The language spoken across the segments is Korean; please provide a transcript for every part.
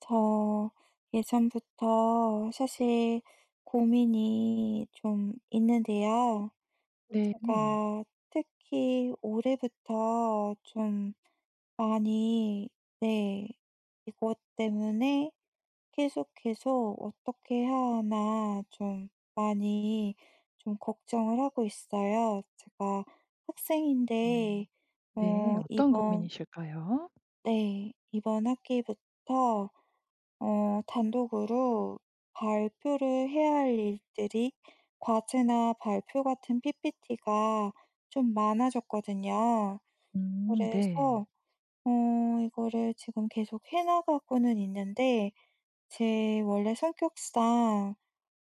저 예전부터 사실 고민이 좀 있는데요. 네. 제가 특히 올해부터 좀 많이, 네, 이것 때문에 계속 계속 어떻게 해야 하나 좀 많이 좀 걱정을 하고 있어요. 제가 어. 학생인데, 네. 어떤 이번, 고민이실까요? 네, 이번 학기부터 단독으로 발표를 해야 할 일들이, 과제나 발표 같은 PPT가 좀 많아졌거든요. 음, 네. 그래서 어, 이거를 지금 계속 해나가고는 있는데, 제 원래 성격상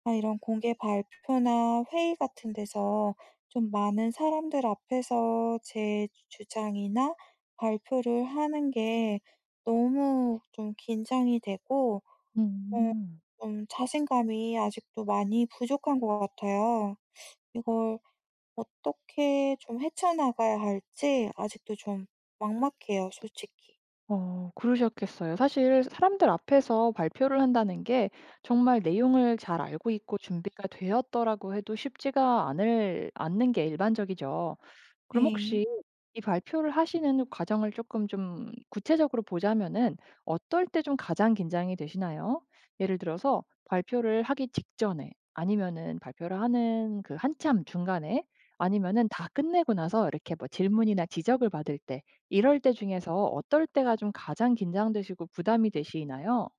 이런 공개 발표나 회의 같은 데서 좀 많은 사람들 앞에서 제 주장이나 발표를 하는 게 너무 좀 긴장이 되고, 어 음. 좀 자신감이 아직도 많이 부족한 것 같아요. 이걸 어떻게 좀 헤쳐나가야 할지 아직도 좀 막막해요, 솔직히. 그러셨겠어요. 사실 사람들 앞에서 발표를 한다는 게 정말 내용을 잘 알고 있고 준비가 되었더라고 해도 쉽지가 않을 않는 게 일반적이죠. 그럼 네. 혹시 이 발표를 하시는 과정을 조금 좀 구체적으로 보자면은 어떨 때 좀 가장 긴장이 되시나요? 예를 들어서 발표를 하기 직전에 아니면은 발표를 하는 그 한참 중간에 아니면은 다 끝내고 나서 이렇게 뭐 질문이나 지적을 받을 때 이럴 때 중에서 어떨 때가 좀 가장 긴장되시고 부담이 되시나요?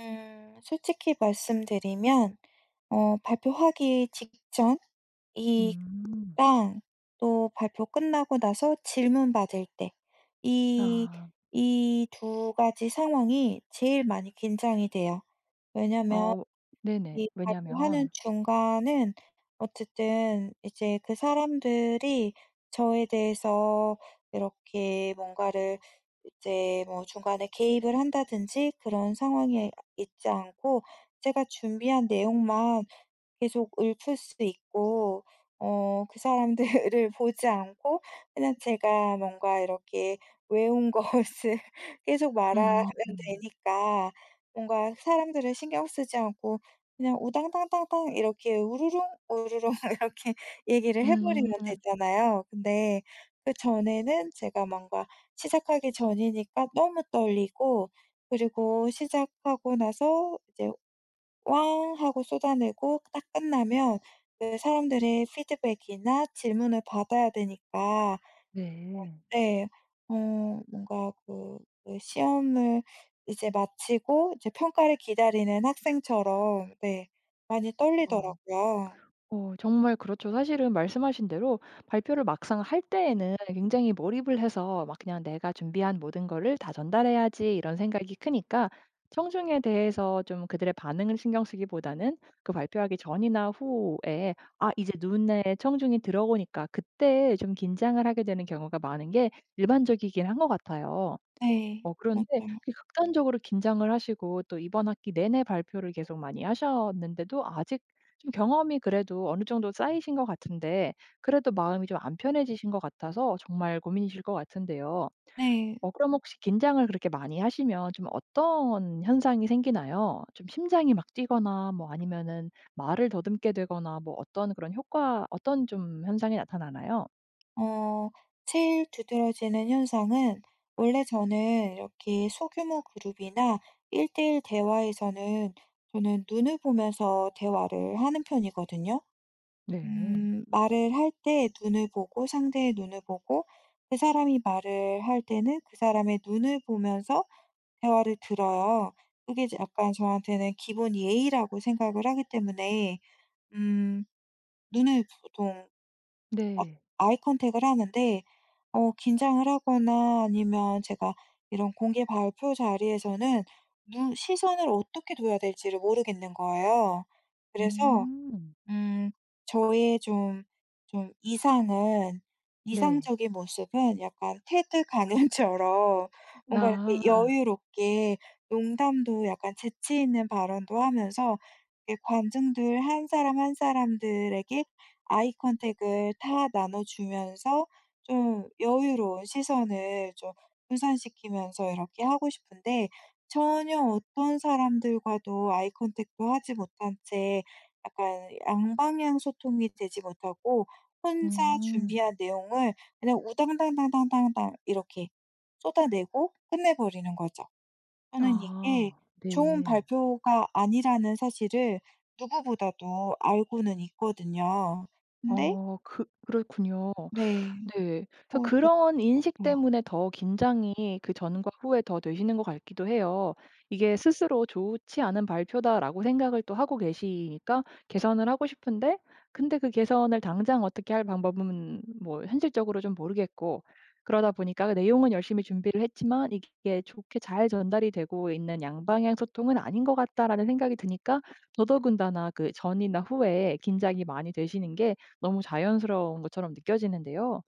솔직히 말씀드리면, 발표하기 직전 음. 이랑 또 발표 끝나고 나서 질문 받을 때, 이 아. 이 두 가지 상황이 제일 많이 긴장이 돼요. 왜냐면 어, 네네. 이 발표하는 왜냐면 중간은 어쨌든 이제 그 사람들이 저에 대해서 이렇게 뭔가를 이제 뭐 중간에 개입을 한다든지 그런 상황이 있지 않고, 제가 준비한 내용만 계속 읊을 수 있고, 그 사람들을 보지 않고 그냥 제가 뭔가 이렇게 외운 것을 계속 말하면 음. 되니까, 뭔가 사람들을 신경 쓰지 않고 그냥 우당탕탕탕 이렇게 우르릉 우르릉 이렇게 얘기를 해 음, 버리면 되잖아요. 근데 그전에는 제가 뭔가 시작하기 전이니까 너무 떨리고, 그리고 시작하고 나서 이제 꽝 하고 쏟아내고 딱 끝나면 그 사람들의 피드백이나 질문을 받아야 되니까. 네. 네. 어 뭔가 그 시험을 이제 마치고 이제 평가를 기다리는 학생처럼, 네, 많이 어. 떨리더라고요. 정말 그렇죠. 사실은 말씀하신 대로 발표를 막상 할 때에는 굉장히 몰입을 해서 막 그냥 '내가 준비한 모든 거를 다 전달해야지.' 이런 생각이 크니까 청중에 대해서 좀 그들의 반응을 신경 쓰기보다는 그 발표하기 전이나 후에 아, 이제 눈에 청중이 들어오니까 그때 좀 긴장을 하게 되는 경우가 많은 게 일반적이긴 한 것 같아요. 네. 그런데 맞아요. 그 극단적으로 긴장을 하시고 또 이번 학기 내내 발표를 계속 많이 하셨는데도 아직 좀 경험이 그래도 어느 정도 쌓이신 것 같은데 그래도 마음이 좀 안 편해지신 것 같아서 정말 고민이실 것 같은데요. 네. 그럼 혹시 긴장을 그렇게 많이 하시면 좀 어떤 현상이 생기나요? 좀 심장이 막 뛰거나 뭐 아니면은 말을 더듬게 되거나 뭐 어떤 그런 효과, 어떤 좀 현상이 나타나나요? 어 제일 두드러지는 현상은, 원래 저는 이렇게 소규모 그룹이나 1대1 대화에서는 저는 눈을 보면서 대화를 하는 편이거든요. 네. 말을 할 때 눈을 보고, 상대의 눈을 보고, 그 사람이 말을 할 때는 그 사람의 눈을 보면서 대화를 들어요. 그게 이제 약간 저한테는 기본 예의라고 생각을 하기 때문에, 음 눈을 보통 막 네. 아이 컨택을 하는데, 긴장을 하거나 아니면 제가 이런 공개 발표 자리에서는 눈 시선을 어떻게 둬야 될지를 모르겠는 거예요. 그래서 음. 음 저의 좀 이상은 네. 이상적인 모습은, 약간 테드 가능처럼 뭔가 이렇게 아. 여유롭게 농담도, 약간 재치 있는 발언도 하면서, 이렇게 관중들 한 사람 한 사람들에게 아이 컨택을 다 나눠 주면서 좀 여유로운 시선을 좀 분산시키면서 이렇게 하고 싶은데, 전혀 어떤 사람들과도 아이 컨택도 하지 못한 채, 약간 양방향 소통이 되지 못하고 혼자 음. 준비한 내용을 그냥 우당당당당당당 이렇게 쏟아내고 끝내버리는 거죠. 저는 이게 아, 좋은 네. 발표가 아니라는 사실을 누구보다도 알고는 있거든요. 근데. 그 그렇군요. 네. 네. 그래서 그걸 그런 고치지 인식 못해요. 때문에 더 긴장이 그 전과 후에 더 되시는 것 같기도 해요. 이게 스스로 '좋지 않은 발표다.'라고 생각을 또 하고 계시니까 개선을 하고 싶은데 근데 그 개선을 당장 어떻게 할 방법은 뭐 현실적으로 좀 모르겠고 그러다 보니까 그 내용은 열심히 준비를 했지만 '이게 좋게 잘 전달이 되고 있는 양방향 소통은 아닌 것 같다.'라는 생각이 드니까 더더군다나 그 전이나 후에 긴장이 많이 되시는 게 너무 자연스러운 것처럼 느껴지는데요.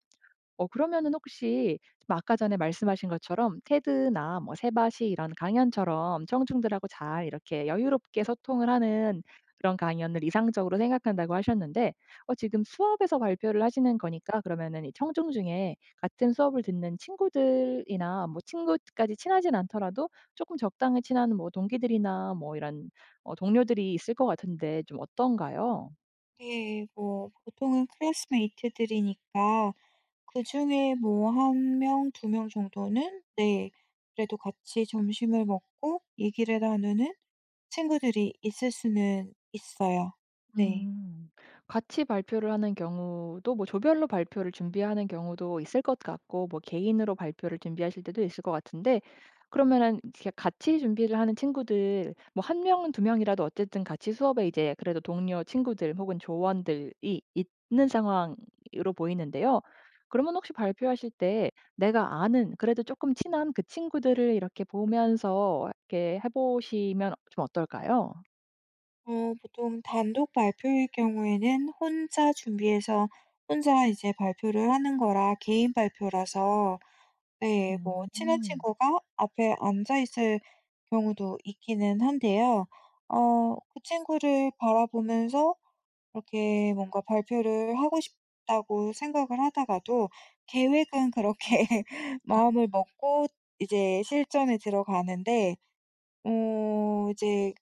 그러면은 혹시 뭐 아까 전에 말씀하신 것처럼 테드나 뭐 세바시 이런 강연처럼 청중들하고 잘 이렇게 여유롭게 소통을 하는 그런 강연을 이상적으로 생각한다고 하셨는데 지금 수업에서 발표를 하시는 거니까 그러면은 이 청중 중에 같은 수업을 듣는 친구들이나 뭐 친구까지 친하진 않더라도 조금 적당히 친한 뭐 동기들이나 뭐 이런 동료들이 있을 것 같은데 좀 어떤가요? 네. 뭐 보통은 클래스메이트들이니까 그중에 뭐 한 명, 두 명 정도는, 네, 그래도 같이 점심을 먹고 얘기를 나누는 친구들이 있을 수는 있어요. 네. 음. 같이 발표를 하는 경우도 뭐 조별로 발표를 준비하는 경우도 있을 것 같고 뭐 개인으로 발표를 준비하실 때도 있을 것 같은데 그러면은 이 같이 준비를 하는 친구들 뭐 한 명은 두 명이라도 어쨌든 같이 수업에 이제 그래도 동료 친구들 혹은 조원들이 있는 상황으로 보이는데요. 그러면 혹시 발표하실 때 내가 아는 그래도 조금 친한 그 친구들을 이렇게 보면서 이렇게 해 보시면 좀 어떨까요? 보통 단독 발표일 경우에는 혼자 준비해서 혼자 이제 발표를 하는 거라 개인 발표라서, 네, 뭐 친한 음. 친구가 앞에 앉아 있을 경우도 있기는 한데요. 그 친구를 바라보면서 그렇게 뭔가 발표를 하고 싶다고 생각을 하다가도, 계획은 그렇게 마음을 먹고 이제 실전에 들어가는데, 이제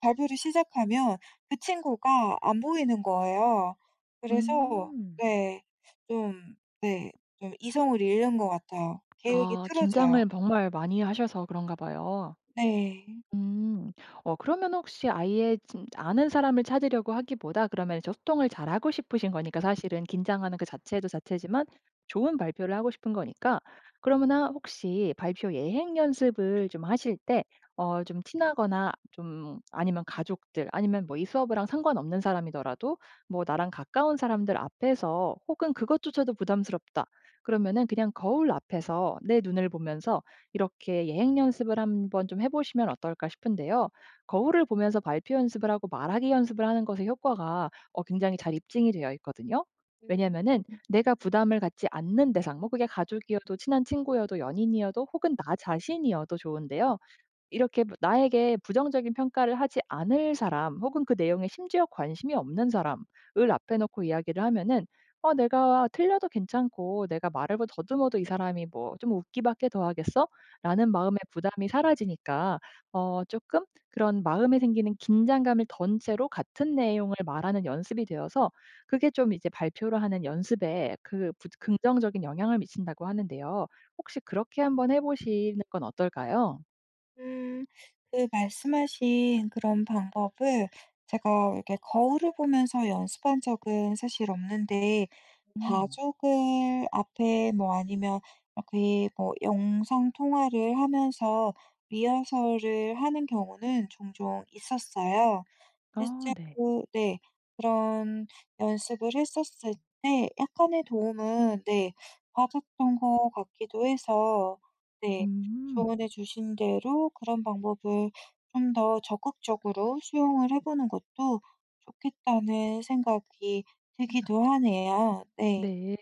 발표를 시작하면 그 친구가 안 보이는 거예요. 그래서. 음. 네. 좀. 네. 좀 이성을 잃는 것 같아요. 계획이 아, 틀어져요. 긴장을 정말 많이 하셔서 그런가 봐요. 네. 음. 그러면 혹시 아예 진 아는 사람을 찾으려고 하기보다 그러면 이제 소통을 잘하고 싶으신 거니까 사실은 긴장하는 그 자체도 자체지만 좋은 발표를 하고 싶은 거니까 그러면 혹시 발표 예행 연습을 좀 하실 때 좀 티나거나 좀 아니면 가족들 아니면 뭐 이 수업이랑 상관없는 사람이더라도 뭐 나랑 가까운 사람들 앞에서 혹은 그것조차도 부담스럽다. 그러면은 그냥 거울 앞에서 내 눈을 보면서 이렇게 예행 연습을 한번 좀 해 보시면 어떨까 싶은데요. 거울을 보면서 발표 연습을 하고 말하기 연습을 하는 것의 효과가 어 굉장히 잘 입증이 되어 있거든요. 왜냐면은 내가 부담을 갖지 않는 대상 뭐 그게 가족이어도 친한 친구여도 연인이어도 혹은 나 자신이어도 좋은데요. 이렇게 뭐 나에게 부정적인 평가를 하지 않을 사람 혹은 그 내용에 심지어 관심이 없는 사람을 앞에 놓고 이야기를 하면은 내가 틀려도 괜찮고 내가 말을 뭐 더듬어도 '이 사람이 뭐 좀 웃기밖에 더 하겠어?'라는 마음의 부담이 사라지니까 어금 그런 마음에 생기는 긴장감을 던 채로 같은 내용을 말하는 연습이 되어서 그게 좀 이제 발표를 하는 연습에 그 부 긍정적인 영향을 미친다고 하는데요. 혹시 그렇게 한번 해 보시는 건 어떨까요? 음. 그 말씀하신 그런 방법을 제가 이렇게 거울을 보면서 연습한 적은 사실 없는데, 음. 가족을 앞에, 뭐 아니면 이렇게 뭐 영상 통화를 하면서 리허설을 하는 경우는 종종 있었어요. 아, 네. 실제로. 네. 그런 연습을 했었을 때 약간의 도움은, 네, 받았던 것 같기도 해서, 네, 음. 조언해 주신 대로 그런 방법을 좀 더 적극적으로 수용을 해 보는 것도 좋겠다는 생각이 들기도 하네요. 네. 네.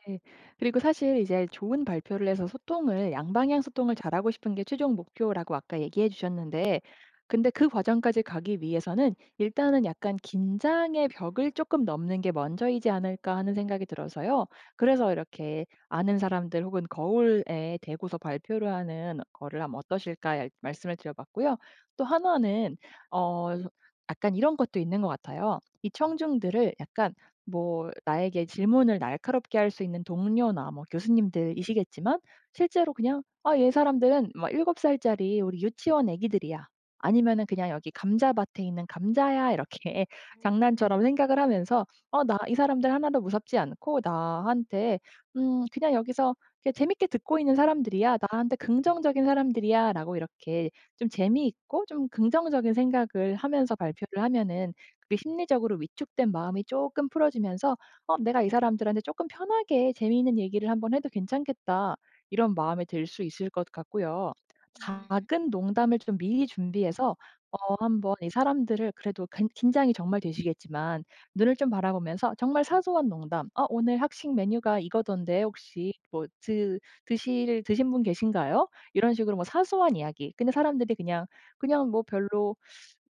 그리고 사실 이제 좋은 발표를 해서 소통을 양방향 소통을 잘하고 싶은 게 최종 목표라고 아까 얘기해 주셨는데 근데 그 과정까지 가기 위해서는 일단은 약간 '긴장의 벽을 조금 넘는 게 먼저이지 않을까.' 하는 생각이 들어서요. 그래서 이렇게 아는 사람들 혹은 거울에 대고서 발표를 하는 거를 하면 어떠실까 말씀을 드려 봤고요. 또 하나는 어 약간 이런 것도 있는 것 같아요. 이 청중들을 약간 뭐 나에게 질문을 날카롭게 할 수 있는 동료나 뭐 교수님들이시겠지만 실제로 그냥 '아, 얘 사람들은 막 7 살짜리 우리 유치원 애기들이야.' 아니면은 그냥 '여기 감자밭에 있는 감자야.' 이렇게 장난처럼 생각을 하면서 '어, 나 이 사람들 하나도 무섭지 않고 나한테 그냥 여기서 그냥 재밌게 듣고 있는 사람들이야. 나한테 긍정적인 사람들이야.'라고 이렇게 좀 재미있고 좀 긍정적인 생각을 하면서 발표를 하면은 그 심리적으로 위축된 마음이 조금 풀어지면서 '어, 내가 이 사람들한테 조금 편하게 재미있는 얘기를 한번 해도 괜찮겠다.' 이런 마음이 들 수 있을 것 같고요. 작은 농담을 좀 미리 준비해서 한번 이 사람들을 그래도 긴장이 정말 되시겠지만 눈을 좀 바라보면서 정말 사소한 농담, "어, 오늘 학식 메뉴가 이거던데 혹시 뭐 드 드실 드신 분 계신가요?" 이런 식으로 뭐 사소한 이야기. 근데 사람들이 그냥 뭐 별로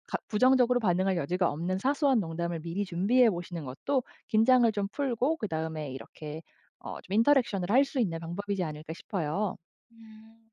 가 부정적으로 반응할 여지가 없는 사소한 농담을 미리 준비해 보시는 것도 긴장을 좀 풀고 그다음에 이렇게 좀 인터랙션을 할 수 있는 방법이지 않을까 싶어요. 음.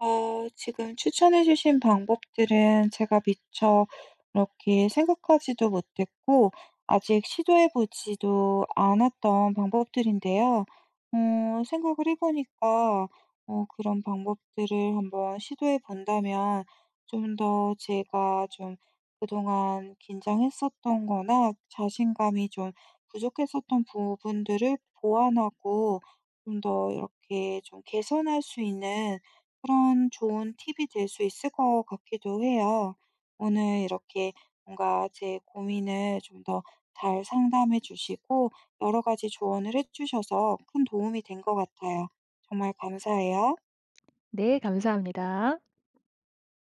지금 추천해 주신 방법들은 제가 미처 이렇게 생각하지도 못했고 아직 시도해 보지도 않았던 방법들인데요. 생각을 해 보니까, 그런 방법들을 한번 시도해 본다면, 좀 더 제가 좀 그동안 긴장했었던 거나 자신감이 좀 부족했었던 부분들을 보완하고 좀 더 이렇게 좀 개선할 수 있는 그런 좋은 팁이 될 수 있을 것 같기도 해요. 오늘 이렇게 뭔가 제 고민을 좀 더 잘 상담해 주시고 여러 가지 조언을 해 주셔서 큰 도움이 된 것 같아요. 정말 감사해요. 네, 감사합니다.